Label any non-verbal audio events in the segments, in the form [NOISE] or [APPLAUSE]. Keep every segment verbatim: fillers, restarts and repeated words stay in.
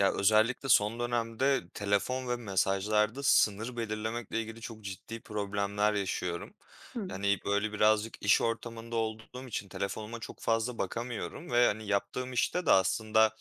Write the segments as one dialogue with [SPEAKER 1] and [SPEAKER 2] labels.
[SPEAKER 1] Ya, özellikle son dönemde telefon ve mesajlarda sınır belirlemekle ilgili çok ciddi problemler yaşıyorum.
[SPEAKER 2] Hımm.
[SPEAKER 1] Yani böyle, birazcık iş ortamında olduğum için telefonuma çok fazla bakamıyorum ve, hani, yaptığım işte de aslında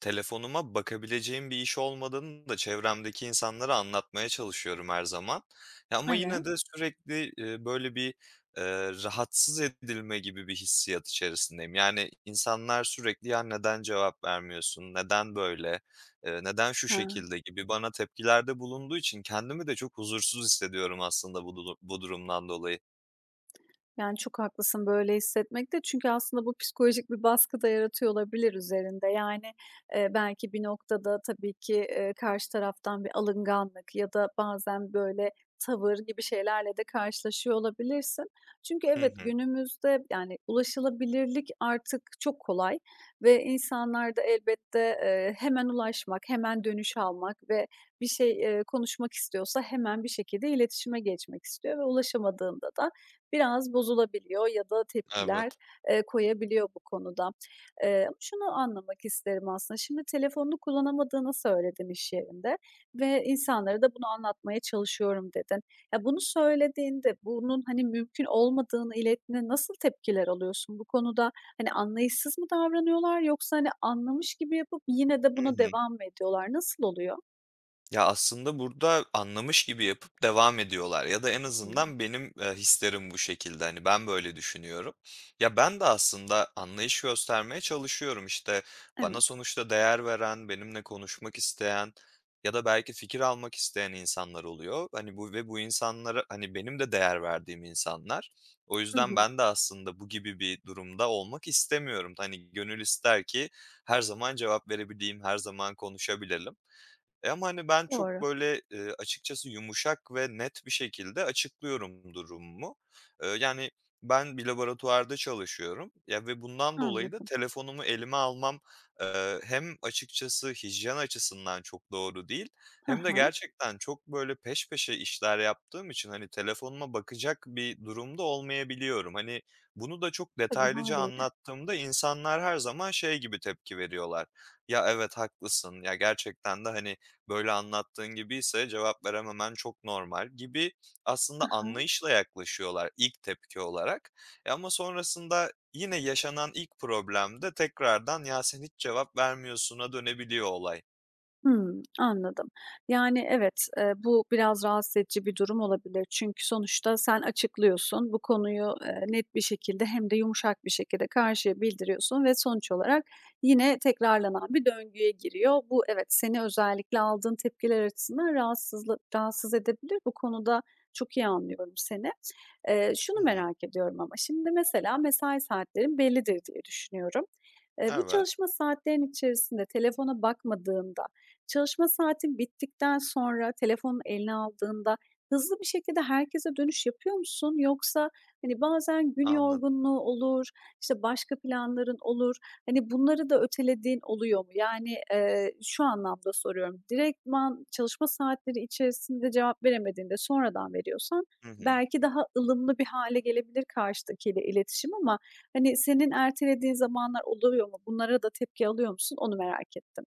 [SPEAKER 1] telefonuma bakabileceğim bir iş olmadığını da çevremdeki insanlara anlatmaya çalışıyorum her zaman. Ya, ama yine
[SPEAKER 2] Evet.
[SPEAKER 1] de sürekli, eee, böyle, bir, eee, rahatsız edilme gibi bir hissiyat içerisindeyim. Yani, insanlar sürekli, "Ya, neden cevap vermiyorsun? Neden böyle? Eee, Neden şu
[SPEAKER 2] Ha.
[SPEAKER 1] şekilde?" gibi bana tepkilerde bulunduğu için kendimi de çok huzursuz hissediyorum aslında bu dulu bu durumdan dolayı.
[SPEAKER 2] Yani, çok haklısın böyle hissetmekte çünkü aslında bu psikolojik bir baskı da yaratıyor olabilir üzerinde. Yani, eee, belki bir noktada tabii ki, eee, karşı taraftan bir alınganlık ya da bazen böyle tavır gibi şeylerle de karşılaşıyor olabilirsin. Çünkü
[SPEAKER 1] Hı
[SPEAKER 2] evet,
[SPEAKER 1] hı.
[SPEAKER 2] günümüzde, yani, ulaşılabilirlik artık çok kolay ve insanlar da elbette, eee, hemen ulaşmak, hemen dönüş almak ve bir şey, eee, konuşmak istiyorsa hemen bir şekilde iletişime geçmek istiyor ve ulaşamadığında da biraz bozulabiliyor ya da tepkiler,
[SPEAKER 1] Evet.
[SPEAKER 2] eee, koyabiliyor bu konuda. Eee, ama şunu anlamak isterim aslında, şimdi telefonunu kullanamadığını söyledin iş yerinde ve insanlara da bunu anlatmaya çalışıyorum dedin. Ya, bunu söylediğinde bunun, hani, mümkün olmadığını ilettiğinde nasıl tepkiler alıyorsun? Bu konuda, hani, anlayışsız mı davranıyorlar yoksa, hani, anlamış gibi yapıp yine de
[SPEAKER 1] Hı
[SPEAKER 2] buna
[SPEAKER 1] hı.
[SPEAKER 2] devam mı ediyorlar? Nasıl oluyor?
[SPEAKER 1] Ya, aslında burada anlamış gibi yapıp devam ediyorlar ya da en
[SPEAKER 2] Hımm.
[SPEAKER 1] azından benim, eee, hislerim bu şekilde. Hani, ben böyle düşünüyorum. Ya, ben de aslında anlayış göstermeye çalışıyorum. İşte, bana
[SPEAKER 2] Evet.
[SPEAKER 1] sonuçta değer veren, benimle konuşmak isteyen ya da belki fikir almak isteyen insanlar oluyor. Hani, bu ve bu insanlara, hani, benim de değer verdiğim insanlar. O
[SPEAKER 2] Hı
[SPEAKER 1] yüzden
[SPEAKER 2] hı.
[SPEAKER 1] ben de aslında bu gibi bir durumda olmak istemiyorum. Hani, gönül ister ki her zaman cevap verebileyim, her zaman konuşabilelim. E, ama, hani, ben çok,
[SPEAKER 2] Doğru.
[SPEAKER 1] böyle, eee, açıkçası yumuşak ve net bir şekilde açıklıyorum durumumu. Eee, yani, ben bir laboratuvarda çalışıyorum, ya, ve bundan dolayı da
[SPEAKER 2] Anladım.
[SPEAKER 1] telefonumu elime almam, eee, hem açıkçası hijyen açısından çok doğru değil
[SPEAKER 2] Hı
[SPEAKER 1] hem de
[SPEAKER 2] hı.
[SPEAKER 1] gerçekten çok, böyle, peş peşe işler yaptığım için, hani, telefonuma bakacak bir durumda olmayabiliyorum. Hani, bunu da çok
[SPEAKER 2] Tabii
[SPEAKER 1] detaylıca
[SPEAKER 2] hâliyle.
[SPEAKER 1] anlattığımda insanlar her zaman şey gibi tepki veriyorlar, "Ya, evet, haklısın. Ya, gerçekten de, hani, böyle anlattığın gibi ise cevap verememen çok normal" gibi aslında anlayışla yaklaşıyorlar ilk tepki olarak. E, ama sonrasında yine yaşanan ilk problemde tekrardan "Ya, sen hiç cevap vermiyorsun"a dönebiliyor olay.
[SPEAKER 2] Hımm, anladım. Yani, evet, eee, bu biraz rahatsız edici bir durum olabilir. Çünkü sonuçta sen açıklıyorsun, bu konuyu, eee, net bir şekilde hem de yumuşak bir şekilde karşıya bildiriyorsun ve sonuç olarak yine tekrarlanan bir döngüye giriyor. Bu, evet, seni özellikle aldığın tepkiler açısından rahatsızlı rahatsız edebilir. Bu konuda çok iyi anlıyorum seni. Eee, şunu
[SPEAKER 1] Hı hı.
[SPEAKER 2] merak ediyorum ama şimdi mesela mesai saatlerim bellidir diye düşünüyorum. Eee, bu
[SPEAKER 1] Evet,
[SPEAKER 2] çalışma saatlerin içerisinde telefona bakmadığımda, çalışma saatin bittikten sonra telefonun eline aldığında hızlı bir şekilde herkese dönüş yapıyor musun? Yoksa, hani, bazen gün
[SPEAKER 1] anladım.
[SPEAKER 2] yorgunluğu olur, işte, başka planların olur, hani, bunları da ötelediğin oluyor mu? Yani, eee, şu anlamda soruyorum, direktman çalışma saatleri içerisinde cevap veremediğinde sonradan veriyorsan
[SPEAKER 1] Hı hı.
[SPEAKER 2] belki daha ılımlı bir hale gelebilir karşıdakiyle iletişim ama, hani, senin ertelediğin zamanlar oluyor mu? Bunlara da tepki alıyor musun? Onu merak ettim.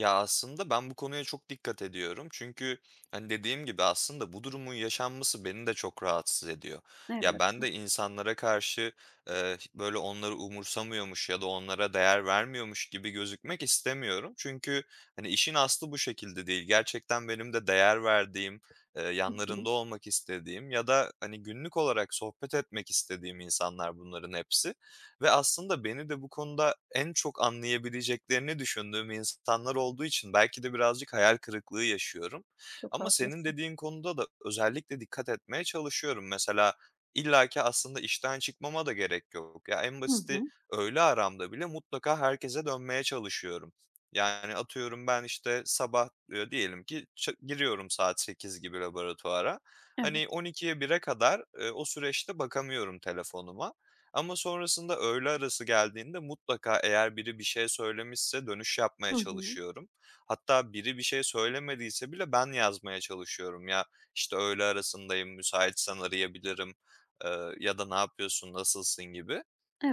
[SPEAKER 1] Ya, aslında ben bu konuya çok dikkat ediyorum. Çünkü, hani, dediğim gibi aslında bu durumun yaşanması beni de çok rahatsız ediyor. Ya,
[SPEAKER 2] Evet.
[SPEAKER 1] ben de insanlara karşı, eee, böyle onları umursamıyormuş ya da onlara değer vermiyormuş gibi gözükmek istemiyorum. Çünkü, hani, işin aslı bu şekilde değil. Gerçekten benim de değer verdiğim, eee,
[SPEAKER 2] Hı hı.
[SPEAKER 1] yanlarında olmak istediğim ya da, hani, günlük olarak sohbet etmek istediğim insanlar bunların hepsi ve aslında beni de bu konuda en çok anlayabileceklerini düşündüğüm insanlar olduğu için belki de birazcık hayal kırıklığı yaşıyorum.
[SPEAKER 2] Çok
[SPEAKER 1] Ama senin
[SPEAKER 2] haklısın.
[SPEAKER 1] dediğin konuda da özellikle dikkat etmeye çalışıyorum. Mesela illaki aslında işten çıkmama da gerek yok. Ya en
[SPEAKER 2] Hı
[SPEAKER 1] basiti
[SPEAKER 2] hı.
[SPEAKER 1] öğle aramda bile mutlaka herkese dönmeye çalışıyorum. Yani atıyorum ben işte sabah e, diyelim ki ç- giriyorum saat sekiz gibi laboratuvara.
[SPEAKER 2] Evet.
[SPEAKER 1] Hani on ikiye bire kadar e, o süreçte bakamıyorum telefonuma. Ama sonrasında öğle arası geldiğinde mutlaka eğer biri bir şey söylemişse dönüş yapmaya
[SPEAKER 2] Hı hı.
[SPEAKER 1] çalışıyorum. Hatta biri bir şey söylemediyse bile ben yazmaya çalışıyorum. Ya, işte, "Öğle arasındayım, müsaitsen arayabilirim." eee, ya da "Ne yapıyorsun, nasılsın?" gibi.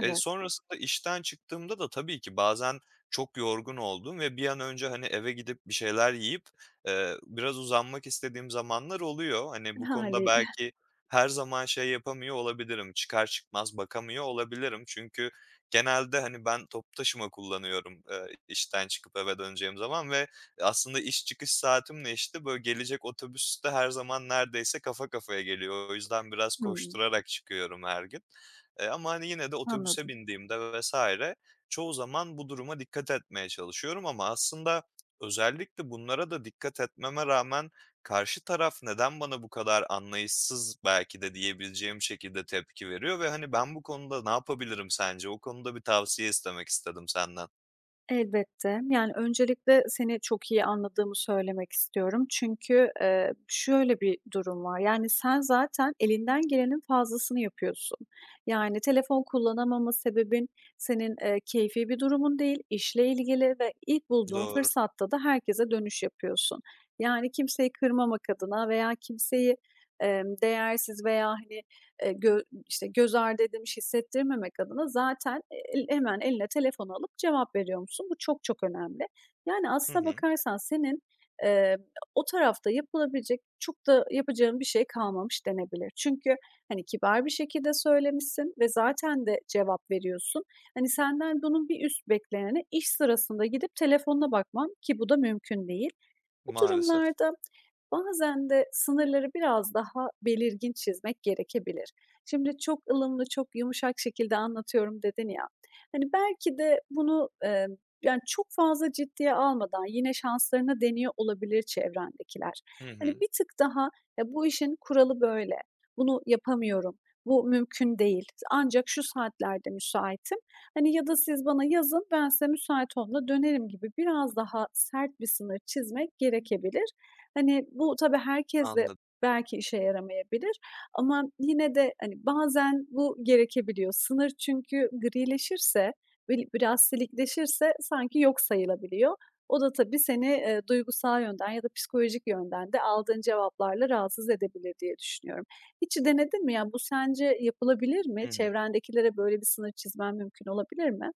[SPEAKER 1] Eee, sonrasında işten çıktığımda da tabii ki bazen çok yorgun oldum ve bir an önce, hani, eve gidip bir şeyler yiyip, eee, biraz uzanmak istediğim zamanlar oluyor. Hani, bu konuda
[SPEAKER 2] Haliyle.
[SPEAKER 1] belki her zaman şey yapamıyor olabilirim, çıkar çıkmaz bakamıyor olabilirim. Çünkü genelde, hani, ben toplu taşıma kullanıyorum, eee, işten çıkıp eve döneceğim zaman ve aslında iş çıkış saatimle, işte, böyle, gelecek otobüs de her zaman neredeyse kafa kafaya geliyor. O yüzden biraz
[SPEAKER 2] Hımm.
[SPEAKER 1] koşturarak çıkıyorum her gün. Eee, ama, hani, yine de otobüse
[SPEAKER 2] Anladım.
[SPEAKER 1] bindiğimde vesaire çoğu zaman bu duruma dikkat etmeye çalışıyorum ama aslında özellikle bunlara da dikkat etmeme rağmen karşı taraf neden bana bu kadar anlayışsız belki de diyebileceğim şekilde tepki veriyor ve, hani, ben bu konuda ne yapabilirim sence? O konuda bir tavsiye istemek istedim senden.
[SPEAKER 2] Elbette. Yani, öncelikle seni çok iyi anladığımı söylemek istiyorum. Çünkü, eee, şöyle bir durum var, yani, sen zaten elinden gelenin fazlasını yapıyorsun. Yani, telefon kullanamama sebebin senin, eee, keyfi bir durumun değil, işle ilgili ve ilk bulduğun
[SPEAKER 1] Doğru.
[SPEAKER 2] fırsatta da herkese dönüş yapıyorsun. Yani, kimseyi kırmamak adına veya kimseyi, emm, değersiz veya, hani, eee, gö işte, göz ardı edilmiş hissettirmemek adına zaten el hemen eline telefonu alıp cevap veriyor musun? Bu çok çok önemli. Yani
[SPEAKER 1] Hı
[SPEAKER 2] aslına
[SPEAKER 1] hı.
[SPEAKER 2] bakarsan senin, eee, o tarafta yapılabilecek çok da yapacağın bir şey kalmamış denebilir. Çünkü, hani, kibar bir şekilde söylemişsin ve zaten de cevap veriyorsun. Hani, senden bunun bir üst bekleneni iş sırasında gidip telefonuna bakman ki bu da mümkün değil. Bu
[SPEAKER 1] Maalesef.
[SPEAKER 2] durumlarda bazen de sınırları biraz daha belirgin çizmek gerekebilir. Şimdi çok ılımlı, çok yumuşak şekilde anlatıyorum dedin ya. Hani, belki de bunu, eee, yani, çok fazla ciddiye almadan yine şanslarına deniyor olabilir çevrendekiler.
[SPEAKER 1] Hı
[SPEAKER 2] Hani,
[SPEAKER 1] hı.
[SPEAKER 2] bir tık daha, "Ya, bu işin kuralı böyle, bunu yapamıyorum, bu mümkün değil, ancak şu saatlerde müsaitim." Hani, ya da "Siz bana yazın, ben size müsait olduğumda dönerim." gibi biraz daha sert bir sınır çizmek gerekebilir. Hani, bu tabii herkesle
[SPEAKER 1] Anladım.
[SPEAKER 2] belki işe yaramayabilir ama yine de, hani, bazen bu gerekebiliyor. Sınır çünkü grileşirse, böyle, biraz silikleşirse sanki yok sayılabiliyor. O da tabii seni, eee, duygusal yönden ya da psikolojik yönden de aldığın cevaplarla rahatsız edebilir diye düşünüyorum. Hiç denedin mi? Ya, bu sence yapılabilir
[SPEAKER 1] Hı
[SPEAKER 2] mi?
[SPEAKER 1] hı.
[SPEAKER 2] Çevrendekilere böyle bir sınır çizmen mümkün olabilir mi?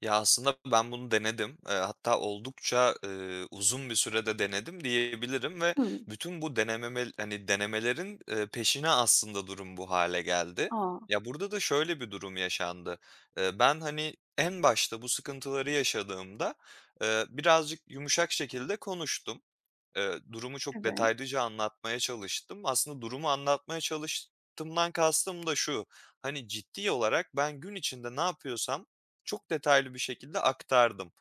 [SPEAKER 1] Ya, aslında ben bunu denedim. Eee, hatta oldukça, eee, uzun bir sürede denedim diyebilirim ve
[SPEAKER 2] Hımm.
[SPEAKER 1] bütün bu denememel hani, denemelerin, eee, peşine aslında durum bu hale geldi.
[SPEAKER 2] Aa.
[SPEAKER 1] Ya, burada da şöyle bir durum yaşandı. Eee, ben, hani, en başta bu sıkıntıları yaşadığımda, eee, birazcık yumuşak şekilde konuştum. Eee, durumu çok
[SPEAKER 2] Evet.
[SPEAKER 1] detaylıca anlatmaya çalıştım. Aslında durumu anlatmaya çalıştığımdan kastım da şu, hani, ciddi olarak ben gün içinde ne yapıyorsam çok detaylı bir şekilde aktardım,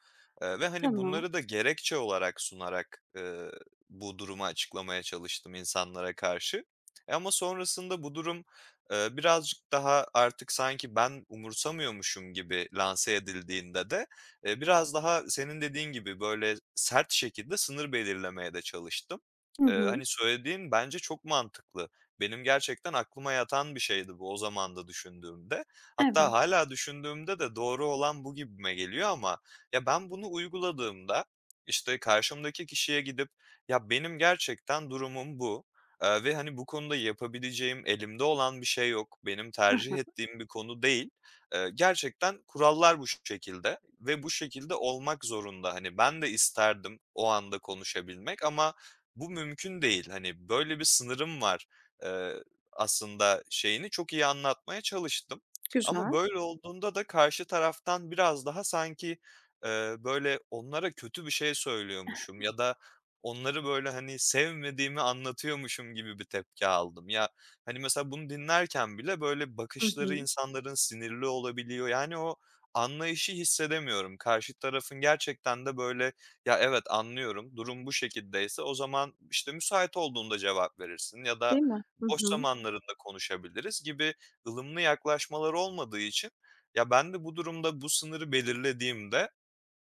[SPEAKER 1] eee, ve, hani,
[SPEAKER 2] Tamam.
[SPEAKER 1] bunları da gerekçe olarak sunarak, eee, bu durumu açıklamaya çalıştım insanlara karşı. E, ama sonrasında bu durum, eee, birazcık daha artık sanki ben umursamıyormuşum gibi lanse edildiğinde de Eee, biraz daha senin dediğin gibi, böyle, sert şekilde sınır belirlemeye de çalıştım.
[SPEAKER 2] Hı
[SPEAKER 1] Eee,
[SPEAKER 2] hı.
[SPEAKER 1] hani, söylediğin bence çok mantıklı. Benim gerçekten aklıma yatan bir şeydi bu o zaman da düşündüğümde. Hatta
[SPEAKER 2] Evet.
[SPEAKER 1] hala düşündüğümde de doğru olan bu gibime geliyor ama ya, ben bunu uyguladığımda, işte, karşımdaki kişiye gidip "Ya, benim gerçekten durumum bu, eee, ve, hani, bu konuda yapabileceğim, elimde olan bir şey yok, benim tercih
[SPEAKER 2] Aha.
[SPEAKER 1] ettiğim bir konu değil. Eee, gerçekten kurallar bu şekilde ve bu şekilde olmak zorunda. Hani, ben de isterdim o anda konuşabilmek ama bu mümkün değil. Hani, böyle bir sınırım var. Eee, aslında şeyini çok iyi anlatmaya çalıştım ama
[SPEAKER 2] Güzel.
[SPEAKER 1] böyle olduğunda da karşı taraftan biraz daha sanki, eee, böyle onlara kötü bir şey söylüyormuşum ya da onları böyle, hani, sevmediğimi anlatıyormuşum gibi bir tepki aldım. Ya, hani, mesela bunu dinlerken bile böyle
[SPEAKER 2] Hı
[SPEAKER 1] bakışları
[SPEAKER 2] hı.
[SPEAKER 1] insanların sinirli olabiliyor. Yani, o anlayışı hissedemiyorum. Karşı tarafın gerçekten de böyle, "Ya, evet, anlıyorum, durum bu şekildeyse o zaman, işte, müsait olduğunda cevap verirsin ya da
[SPEAKER 2] Değil mi? Hı
[SPEAKER 1] boş
[SPEAKER 2] hı.
[SPEAKER 1] zamanlarında konuşabiliriz." gibi ılımlı yaklaşmaları olmadığı için, ya, ben de bu durumda bu sınırı belirlediğimde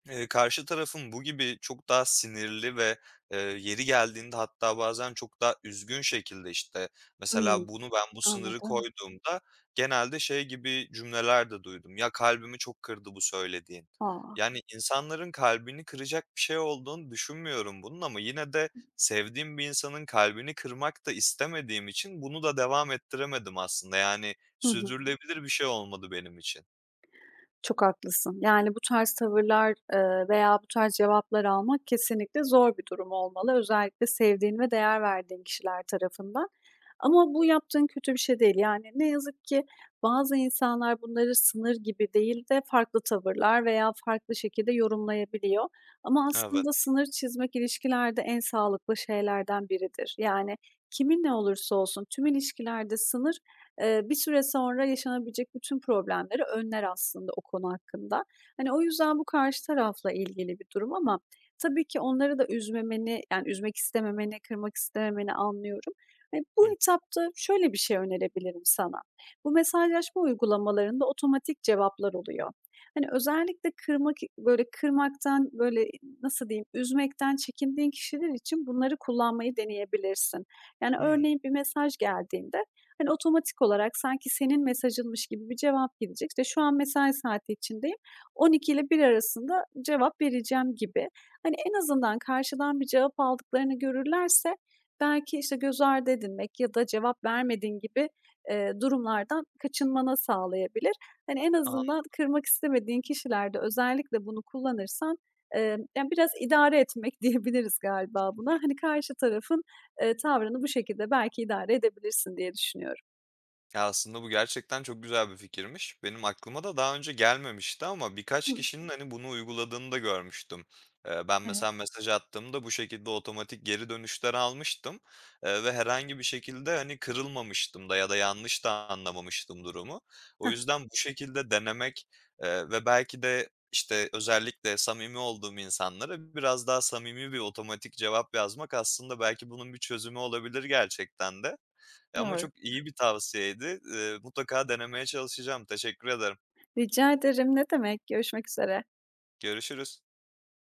[SPEAKER 1] Eee, karşı tarafın bu gibi çok daha sinirli ve, eee, yeri geldiğinde hatta bazen çok daha üzgün şekilde, işte, mesela
[SPEAKER 2] Hımm.
[SPEAKER 1] bunu ben bu sınırı
[SPEAKER 2] Anladım.
[SPEAKER 1] koyduğumda genelde şey gibi cümleler de duydum. "Ya, kalbimi çok kırdı bu söylediğin."
[SPEAKER 2] Aa.
[SPEAKER 1] Yani insanların kalbini kıracak bir şey olduğunu düşünmüyorum bunun ama yine de sevdiğim bir insanın kalbini kırmak da istemediğim için bunu da devam ettiremedim aslında. Yani
[SPEAKER 2] Hı hı.
[SPEAKER 1] sürdürülebilir bir şey olmadı benim için.
[SPEAKER 2] Çok haklısın. Yani bu tarz tavırlar, eee, veya bu tarz cevaplar almak kesinlikle zor bir durum olmalı. Özellikle sevdiğin ve değer verdiğin kişiler tarafından. Ama bu yaptığın kötü bir şey değil. Yani ne yazık ki bazı insanlar bunları sınır gibi değil de farklı tavırlar veya farklı şekilde yorumlayabiliyor. Ama
[SPEAKER 1] Evet.
[SPEAKER 2] aslında sınır çizmek ilişkilerde en sağlıklı şeylerden biridir. Yani kimin ne olursa olsun tüm ilişkilerde sınır Eee, bir süre sonra yaşanabilecek bütün problemleri önler aslında o konu hakkında. Hani, o yüzden bu karşı tarafla ilgili bir durum ama tabii ki onları da üzmemeni, yani, üzmek istememeni, kırmak istememeni anlıyorum. Hani, bu
[SPEAKER 1] Hı
[SPEAKER 2] etapta şöyle bir şey önerebilirim sana. Bu mesajlaşma uygulamalarında otomatik cevaplar oluyor. Hani, özellikle kırmak böyle, kırmaktan, böyle, nasıl diyeyim, üzmekten çekindiğin kişiler için bunları kullanmayı deneyebilirsin. Yani, örneğin bir mesaj geldiğinde hani, otomatik olarak sanki senin mesajınmış gibi bir cevap gidecek. İşte, şu an mesai saati içindeyim, on iki ile bir arasında cevap vereceğim gibi. Hani, en azından karşıdan bir cevap aldıklarını görürlerse belki, işte, göz ardı edilmek ya da cevap vermedin gibi, eee, durumlardan kaçınmana sağlayabilir. Hani, en
[SPEAKER 1] hı.
[SPEAKER 2] azından kırmak istemediğin kişilerde özellikle bunu kullanırsan, eee, yani, biraz idare etmek [LAUGHS] diyebiliriz galiba buna. Hani, karşı tarafın, eee, tavrını bu şekilde belki idare edebilirsin diye düşünüyorum.
[SPEAKER 1] Ya, aslında bu gerçekten çok güzel bir fikirmiş. Benim aklıma da daha önce gelmemişti ama birkaç
[SPEAKER 2] Hı,
[SPEAKER 1] kişinin, hani, bunu uyguladığını da görmüştüm. Eee, ben
[SPEAKER 2] evet.
[SPEAKER 1] mesela mesaj attığımda bu şekilde otomatik geri dönüşler almıştım, eee, ve herhangi bir şekilde, hani, kırılmamıştım da ya da yanlış da anlamamıştım durumu. O
[SPEAKER 2] Hah,
[SPEAKER 1] yüzden bu şekilde denemek, eee, ve belki de, işte, özellikle samimi olduğum insanlara biraz daha samimi bir otomatik cevap yazmak aslında belki bunun bir çözümü olabilir gerçekten de. Ama
[SPEAKER 2] doğru.
[SPEAKER 1] çok iyi bir tavsiyeydi. Eee, mutlaka denemeye çalışacağım. Teşekkür ederim.
[SPEAKER 2] Rica ederim, ne demek. Görüşmek üzere.
[SPEAKER 1] Görüşürüz.